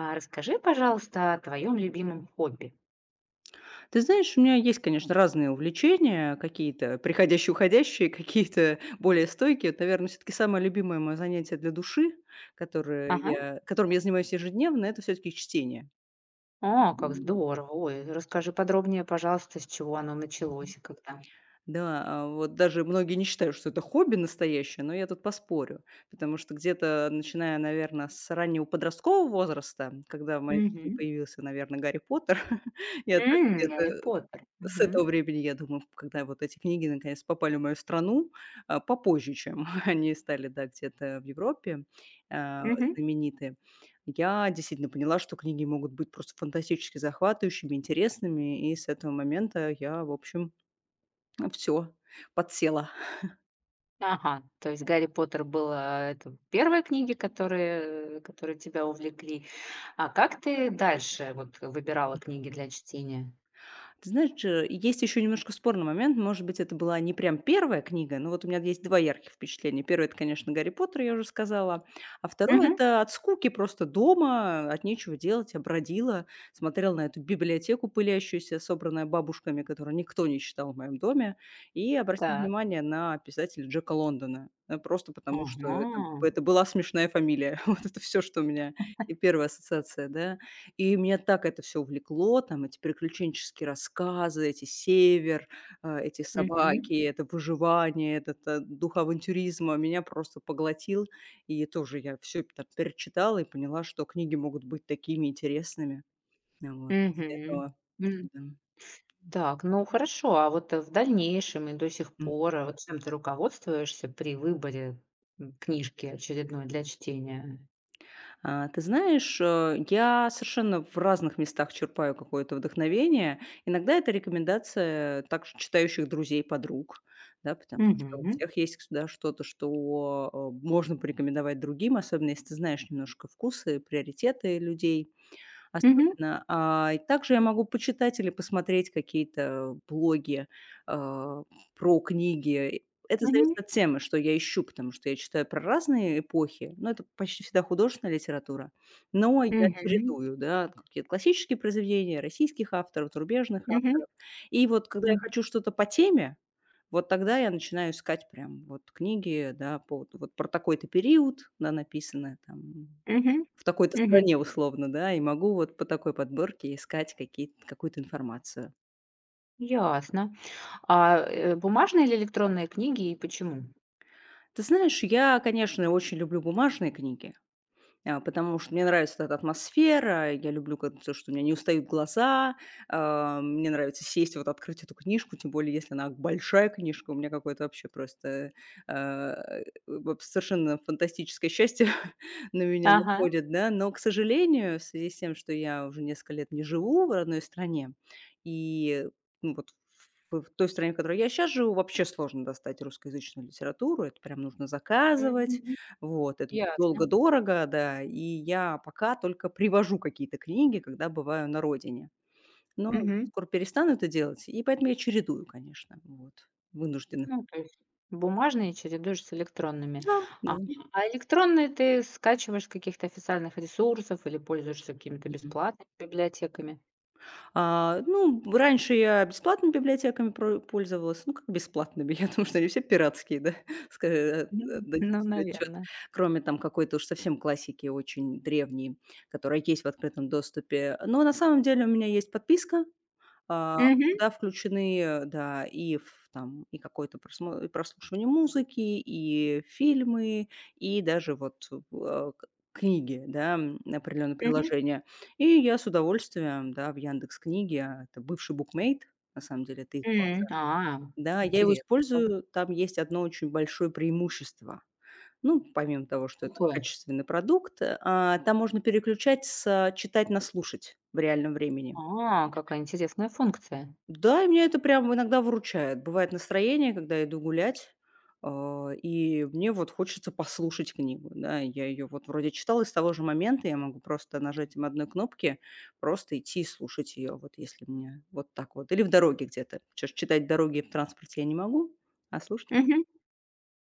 А расскажи, пожалуйста, о твоем любимом хобби. Ты знаешь, у меня есть, конечно, разные увлечения, какие-то приходящие, уходящие, какие-то более стойкие. Наверное, все-таки самое любимое мое занятие для души, которое Ага. я, которым я занимаюсь ежедневно, это все-таки чтение. О, как М, здорово. Ой, расскажи подробнее, пожалуйста, с чего оно Мгм. началось и когда. Да, а вот даже многие не считают, что это хобби настоящее, но я тут поспорю, потому что где-то начиная, наверное, с раннего подросткового возраста, когда в моей жизни Мгм. появился, наверное, Гарри Поттер. я так где Гарри Поттер. С этого Мгм. времени, я думаю, когда вот эти книги наконец попали в мою страну, попозже, чем они стали, да, где-то в Европе а, Мгм. знаменитые, я действительно поняла, что книги могут быть просто фантастически захватывающими, интересными, и с этого момента я, в общем, все подсела. Ага. То есть Гарри Поттер был это первые книги, которые тебя увлекли. А как ты дальше вот выбирала книги для чтения? Ты знаешь, есть еще немножко спорный момент. Может быть, это была не прям первая книга, но вот у меня есть два ярких впечатления. Первое – это, конечно, «Гарри Поттер», я уже сказала. А второе – Мгм. это от скуки просто дома, от нечего делать, я бродила, смотрела на эту библиотеку пылящуюся, собранную бабушками, которую никто не читал в моем доме, и обратила Так. внимание на писателя Джека Лондона. Просто потому, что Ага. это была смешная фамилия. Вот это все, что у меня и первая ассоциация, да. И меня так это все увлекло, там эти приключенческие рассказы, эти север, эти Мгм. собаки, это выживание, этот дух авантюризма меня просто поглотил. И тоже я все перечитала и поняла, что книги могут быть такими интересными. Вот. После Мгм. этого Мгм. да. Так, ну хорошо, а вот, в дальнейшем и до сих пор, вот чем ты руководствуешься при выборе, книжки очередной для чтения? Ты знаешь, я совершенно в разных местах черпаю какое-то вдохновение. Иногда это рекомендация также читающих друзей, подруг, да, потому что у Мгм. всех есть да, что-то, что можно порекомендовать другим, особенно если ты знаешь немножко вкусы, приоритеты людей. Мгм. Особенно. И также я могу почитать или посмотреть какие-то блоги, а, про книги. Это Мгм. зависит от темы, что я ищу, потому что я читаю про разные эпохи, но это почти всегда художественная литература. Но я Мгм. чередую, да, какие-то классические произведения, российских авторов, зарубежных Мгм. авторов. И вот когда я Мгм. хочу что-то по теме, вот тогда я начинаю искать прям вот книги, да, по вот про такой-то период, да, написано там Мгм. в такой-то Мгм. стране условно, да, и могу вот по такой подборке искать какие какую-то информацию. Ясно. А, бумажные или электронные книги и почему? Ты знаешь, я, конечно, очень люблю бумажные книги. Потому что мне нравится эта атмосфера, я люблю как все, что у меня не устают глаза, мне нравится сесть, вот открыть эту книжку, тем более если она большая книжка. У меня какое-то вообще просто, а, вот совершенно фантастическое счастье на меня Ага. находит, да. Но, к сожалению, в связи с тем, что я уже несколько лет не живу в родной стране, и, ну, вот в той стране, в которой я сейчас живу, вообще сложно достать русскоязычную литературу. Это прям нужно заказывать. Мгм. Вот. Ясно. Долго-дорого, да. И я пока только привожу какие-то книги, когда бываю на родине. Но Мгм. скоро перестану это делать, и поэтому я чередую, конечно, вот, вынуждена. Ну, то есть бумажные чередуешь с электронными. Да, да. А, а электронные ты скачиваешь с каких-то официальных ресурсов или пользуешься какими-то Мгм. бесплатными библиотеками? Ну, раньше я бесплатными библиотеками про пользовалась. Ну, как бесплатными, я думаю, что они все пиратские, да, ска э, Ну, отдадим ну, себе отчет. наверно. Кроме там какой-то уж совсем классики, очень древней, которая есть в открытом доступе. Но на самом деле у меня есть подписка, А, Мгм, куда включены, да, и ф там, и какое-то просмо и прослушивание музыки, и фильмы, и даже вот, а, к книги, да, определённые мгм, приложения. И я с удовольствием, да, в "Яндекс.Книге", это бывший букмейт, на самом деле, это их класс. м. А, Да, я его интересно как. использую. Там есть одно очень большое преимущество. Ну, помимо того, что это Какое? качественный продукт, там можно переключать с читать на слушать в реальном времени. А, какая интересная функция. Да, и меня это прям иногда выручает. Бывает настроение, когда я иду гулять, и мне вот хочется послушать книгу, да. Я ее вот вроде читала, и с того же момента я могу просто нажатием одной кнопки просто идти и слушать ее, вот если мне вот так вот. Или в дороге где-то. Чё ж читать в дороге и в транспорте я не могу, а слушать могу. Мгм,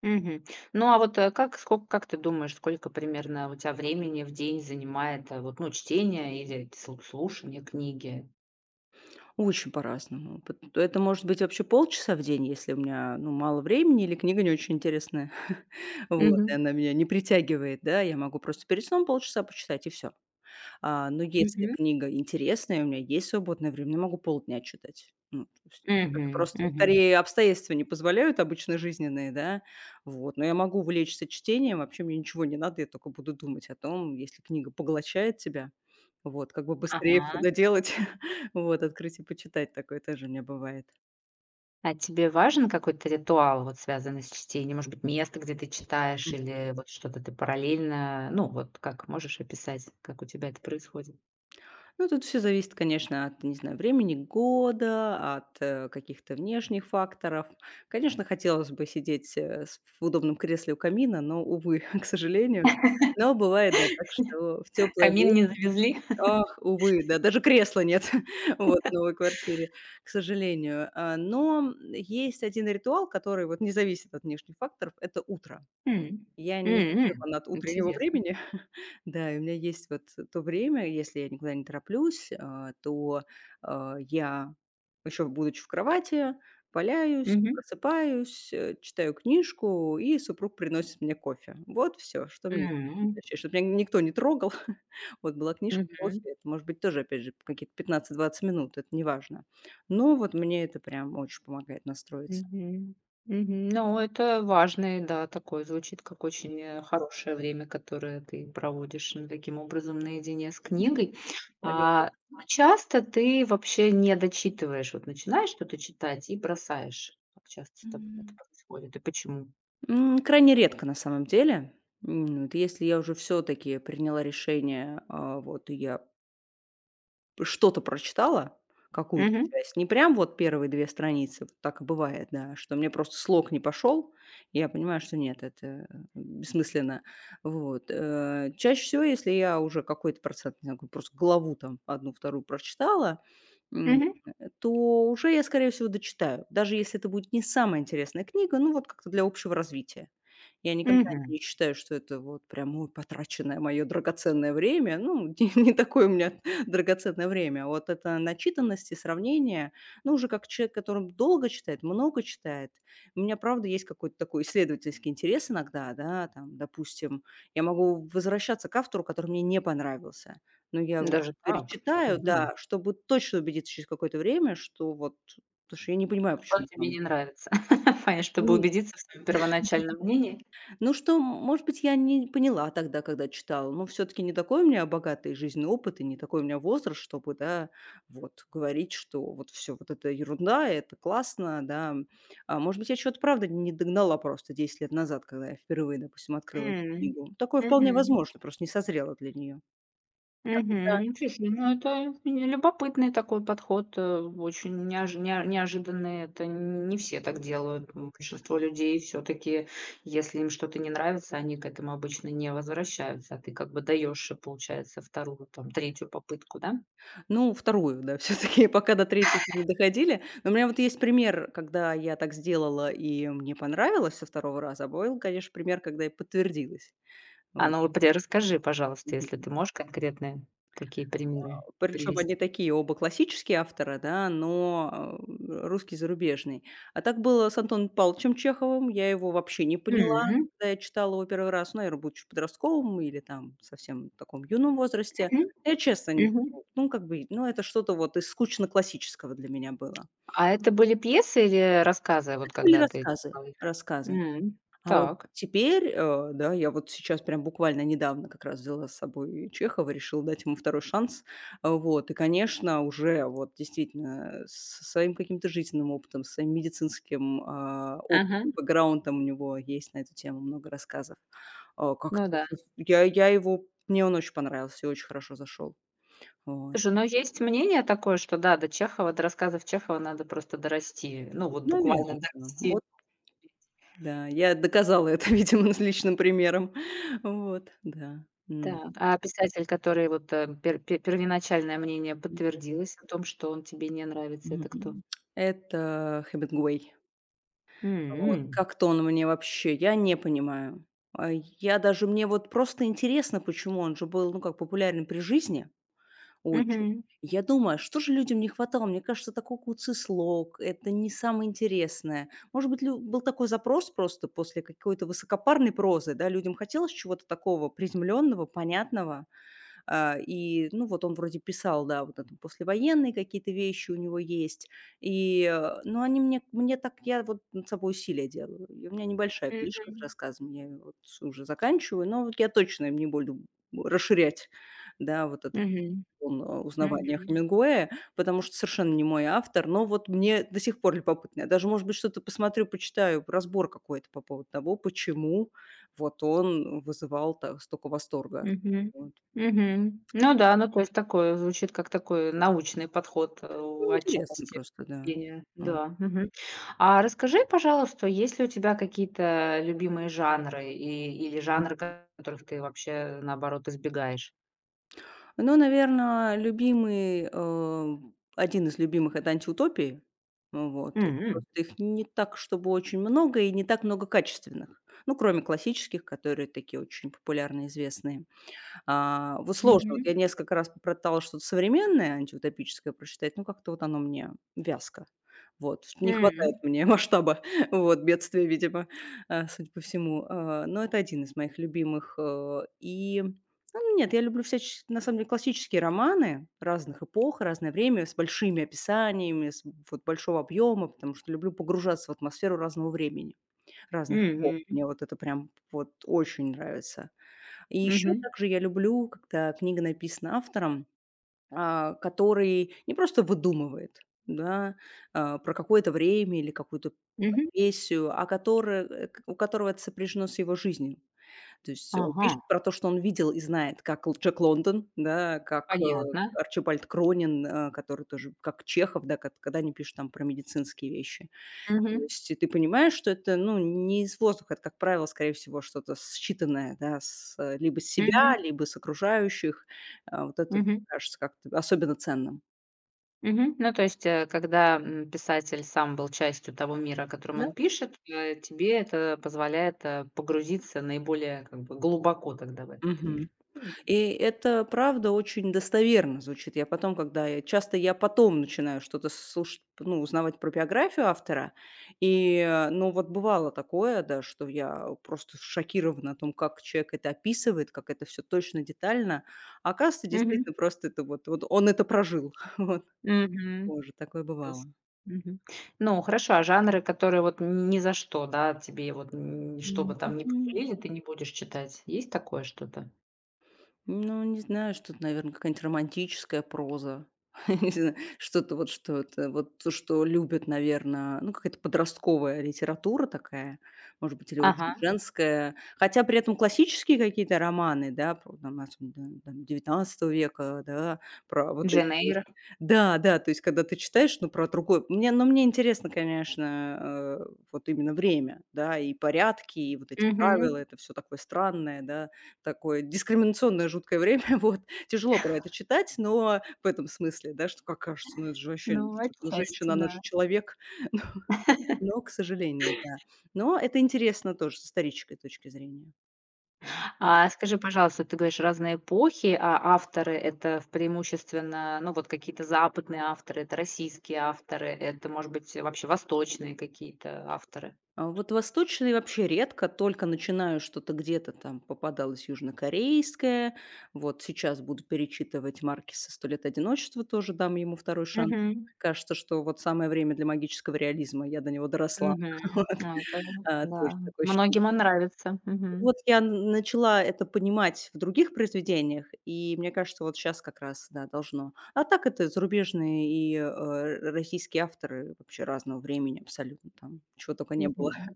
мгм. Ну, а вот, как сколько, как ты думаешь, сколько примерно у тебя времени в день занимает, вот, ну, чтение или слушание книги? Очень по-разному. Пот Это может быть вообще полчаса в день, если у меня, ну, мало времени или книга не очень интересная. Вот, и Мгм, она меня не притягивает, да. Я могу просто перед сном полчаса почитать, и все. Но если мгм, книга интересная, у меня есть свободное время, я могу полдня читать. Ну, то есть это мгм, просто мгм. скорее обстоятельства не позволяют, обычно жизненные, да, вот. Но я могу увлечься чтением, вообще мне ничего не надо, я только буду думать о том, если книга поглощает тебя, вот, как бы быстрее всё Ага. доделать, вот, открыть и почитать, такое тоже у меня бывает. А тебе важен какой-то ритуал, вот связанный с чтением? Может быть, место, где ты читаешь, или вот что-то ты параллельно, ну, вот как можешь описать, как у тебя это происходит? Ну, тут все зависит, конечно, от, не знаю, времени года, от, каких-то внешних факторов. Конечно, хотелось бы сидеть, э, с в удобном кресле у камина, но, увы, к сожалению. Но бывает, да, так, что в теплое время. Камин не завезли? Ах, увы, да, даже кресла нет вот в новой квартире, к сожалению. Но есть один ритуал, который вот не зависит от внешних факторов — это утро. М. Я М, небольшой м. фанат утреннего Интересно. времени. Да, и у меня есть вот то время, если я никуда не тороплюсь, то, я, еще будучи в кровати, валяюсь, Мгм. просыпаюсь, читаю книжку, и супруг приносит мне кофе. Вот все, что мне М. нужно: меня никто не трогал. Вот была книжка, кофе. Мгм. Это может быть тоже, опять же, какие-то 15-20 минут, это неважно. Но вот мне это прям очень помогает настроиться. Мгм. Мгм. Ну, это важный, да, такой звучит, как очень хорошее время, которое ты проводишь, ну, таким образом наедине с Мгм. книгой. Так и А часто ты вообще не дочитываешь, вот начинаешь что-то читать и бросаешь? Как часто с есть. тобой это происходит и почему? Крайне редко на самом деле. Вот если я уже все таки приняла решение, вот и я что-то прочитала, какую-то Мгм. часть, не прям вот первые 2 страницы, вот так и бывает, да, что мне просто слог не пошел. Я понимаю, что нет, это, бессмысленно. Вот, чаще всего, если я уже какой-то процент, не знаю, просто главу там одну-вторую прочитала, м, Мгм. То уже я, скорее всего, дочитаю. Даже если это будет не самая интересная книга, ну, вот как-то для общего развития. Я никогда Мгм. не считаю, что это вот прям, ой, потраченное мое драгоценное время. Ну, не такое у меня драгоценное время. Вот это начитанность и сравнение, ну, уже как человек, который долго читает, много читает. У меня, правда, есть какой-то такой исследовательский интерес иногда, да, там, допустим, я могу возвращаться к автору, который мне не понравился. Но я его Даже так? перечитаю, Мгм. да, чтобы точно убедиться через какое-то время, что вот, потому что я не понимаю, Что почему тебе там, не нравится? Понятно, чтобы ну убедиться в своем первоначальном мнении? Ну что, может быть, я не поняла тогда, когда читала. Ну, все таки не такой у меня богатый жизненный опыт и не такой у меня возраст, чтобы, да, вот говорить, что вот все вот это ерунда, это классно, да. Может быть, я чего-то, правда, не догнала просто 10 лет назад, когда я впервые, допустим, открыла эту М. книгу. Такое вполне Мгм. возможно, просто не созрела для нее. Мгм. Слушай, ну это любопытный такой подход, очень неожиданный. Это не все так делают. Большинство людей все-таки, если им что-то не нравится, они к этому обычно не возвращаются. А ты как бы даешь, получается, вторую, там, третью попытку, да? Ну, вторую, да, все таки пока до третьей не доходили. Но у меня вот есть пример, когда я так сделала и мне понравилось со второго раза, а был, конечно, пример, когда и подтвердилось. А Вот. ну расскажи, пожалуйста, Мгм. если ты можешь конкретные такие примеры Причем они привести. такие оба классические авторы, да, но, русский зарубежный. А так было с Антоном Павловичем Чеховым. Я его вообще не поняла, Мгм. когда я читала его первый раз, ну, наверно, будучи подростковым или там совсем в таком юном возрасте. Мгм. Я честно не Мгм. Ну, как бы, ну, это что-то вот из скучно-классического для меня было. А это были пьесы или рассказы, вот Это были когда ты рассказы, читала их? рассказы. М. А вот Так. теперь, да, я вот сейчас прям буквально недавно как раз взяла с собой Чехова, решила дать ему второй шанс. Вот, и, конечно, уже вот действительно со своим каким-то жизненным опытом, со своим медицинским Ага. опытом, бэкграундом у него есть на эту тему много рассказов. А, Ну как-то да. с я его мне он очень понравился и очень хорошо зашел. Вот. Слушай, ну есть мнение такое, что да, до Чехова, до рассказов Чехова надо просто дорасти. Ну, вот Наверное, буквально да. дорасти. Вот, да, я доказала это, видимо, с личным примером. Вот, да. М. Да. А писатель, который вот, первоначальное мнение подтвердилось о том, что он тебе не нравится, это кто? Мгм. Это Хемингуэй. М. Вот. М. Как-то он мне вообще я не понимаю. А, я даже Мне вот просто интересно, почему он же был, ну, как популярен при жизни очень. Мгм. Я думаю, а что же людям не хватало? Мне кажется, такой куцый слог, это не самое интересное. Может быть, лю был такой запрос просто после какой-то высокопарной прозы, да, людям хотелось чего-то такого приземленного, понятного. И, ну, вот он вроде писал, да, вот это послевоенные какие-то вещи у него есть. И, но они мне, так, я вот над собой усилия делаю. И у меня небольшая книжка с Мгм. рассказами, я её вот уже заканчиваю, но вот я точно им не буду расширять, да, вот этот Мгм. он узнавания Мгм. Хемингуэя, потому что совершенно не мой автор, но вот мне до сих пор любопытно. Я даже, может быть, что-то посмотрю, почитаю, разбор какой-то по поводу того, почему вот он вызывал столько восторга. Мгм. Вот. Мгм. Ну да, ну то есть такое звучит, как такой научный подход, у Ну, интересно отчасти просто, да. пения. А, м. Да, мгм. А расскажи, пожалуйста, есть ли у тебя какие-то любимые жанры и или жанры, которых ты вообще, наоборот, избегаешь? Ну, наверно, любимый, один из любимых — это "Антиутопии". Ну вот. М. Просто их не так, чтобы очень много и не так много качественных. Ну, кроме классических, которые такие очень популярные, известные. Вот сложно. Вот Мгм. я несколько раз попыталась что-то современное, антиутопическое прочитать, но как-то вот оно мне вязко. Вот, не хватает М. мне масштаба, вот, бедствия, видимо, судя по всему. Но это один из моих любимых. И, ну, нет, я люблю всячески, на самом деле, классические романы разных эпох, разное время, с большими описаниями, с вот большого объема, потому что люблю погружаться в атмосферу разного времени, разных эпох. Мгм. Мне вот это прям вот очень нравится. И еще Мгм. также я люблю, когда книга написана автором, который не просто выдумывает, да, про какое-то время или какую-то Мгм. профессию, а который, э, к у которого это сопряжено с его жизнью. То есть он Ага, пишет про то, что он видел и знает, как Л Джек Лондон, да, как, понятно. Арчибальд Кронин, который тоже как Чехов, да, кат когда они пишут там про медицинские вещи. То Мгм. есть и ты понимаешь, что это, ну, не из воздуха, это, как правило, скорее всего, что-то считанное, да, с, либо с Мгм. себя, либо с окружающих. Вот это Мгм. кажется как-то особенно ценным. Мгм. Ну, то есть, когда, писатель сам был частью того мира, о котором Да? он пишет, тебе это позволяет, погрузиться наиболее, как бы, глубоко тогда в этот Мгм. мир. М. И это правда очень достоверно звучит. Я потом начинаю что-то слушать, ну, узнавать про биографию автора. И, ну, вот бывало такое, да, что я просто шокирована о том, как человек это описывает, как это все точно, детально. А оказывается, Мгм. действительно, просто это вот он это прожил. Вот. Мгм. Тоже такое Ясно. бывало. Мгм. Ну, хорошо, а жанры, которые вот ни за что, да, тебе вот, что бы там ни Мгм. посулили, ты не будешь читать. Есть такое что-то? Ну, не знаю, что-то, наверное, какая-нибудь романтическая проза. Не знаю, что-то вот, что это, вот то, что любят, наверное, ну, какая-то подростковая литература такая, может быть, или очень Ага. женская. Хотя при этом классические какие-то романы, да, про, там, особенно, да, там, 19 века, да, про вот эти Джейн. вот Угу. да, да, то есть когда ты читаешь, ну, про другой... Но мне интересно, конечно, вот именно время, да, и порядки, и вот эти правила, это все такое странное, да. Такое дискриминационное жуткое время, вот. Тяжело про это читать, но в этом смысле, да, что как кажется, ну, это же вообще, Ну, ну, что, ну, отчасти, женщина, она да. же человек. Но, к сожалению, да. Но это интересно тоже с исторической точки зрения. М, А скажи, пожалуйста, ты говоришь, разные эпохи, а авторы — это в преимущественно, ну, вот какие-то западные авторы, это российские авторы, это, может быть, вообще восточные какие-то авторы? А вот восточные вообще редко, только начинаю что-то где-то там попадалось южнокорейское. Вот сейчас буду перечитывать Маркиса "Сто лет одиночества", тоже дам ему второй шанс. Мгм. Кажется, что вот самое время для магического реализма. Я до него доросла. Мгм. Вот. А это, Тоже да, такое ощущение. многим он нравится. Мгм. Вот я н начала это понимать в других произведениях, и мне кажется, вот сейчас как раз, да, должно. А так это зарубежные и, э, р российские авторы вообще разного времени абсолютно, там чего только не было. Мгм.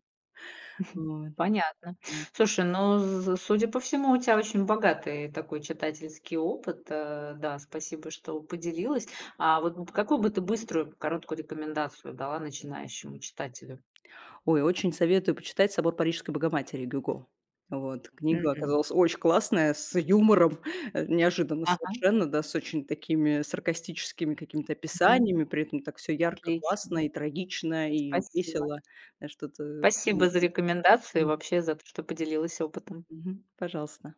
Вот, Понятно. м. Слушай, ну, з судя по всему, у тебя очень богатый такой читательский опыт. Да, спасибо, что поделилась. А вот какую бы ты быструю, короткую рекомендацию дала начинающему читателю? Ой, очень советую почитать "Собор Парижской Богоматери" Гюго. Вот, книга Мгм. оказалась очень классная, с юмором, неожиданно Ага. совершенно, да, с очень такими саркастическими какими-то Мгм. описаниями, при этом так все ярко, Отлично. классно и трагично, и Спасибо. весело. Что-то. Спасибо за рекомендации, вообще за то, что поделилась опытом. Мгм. Пожалуйста.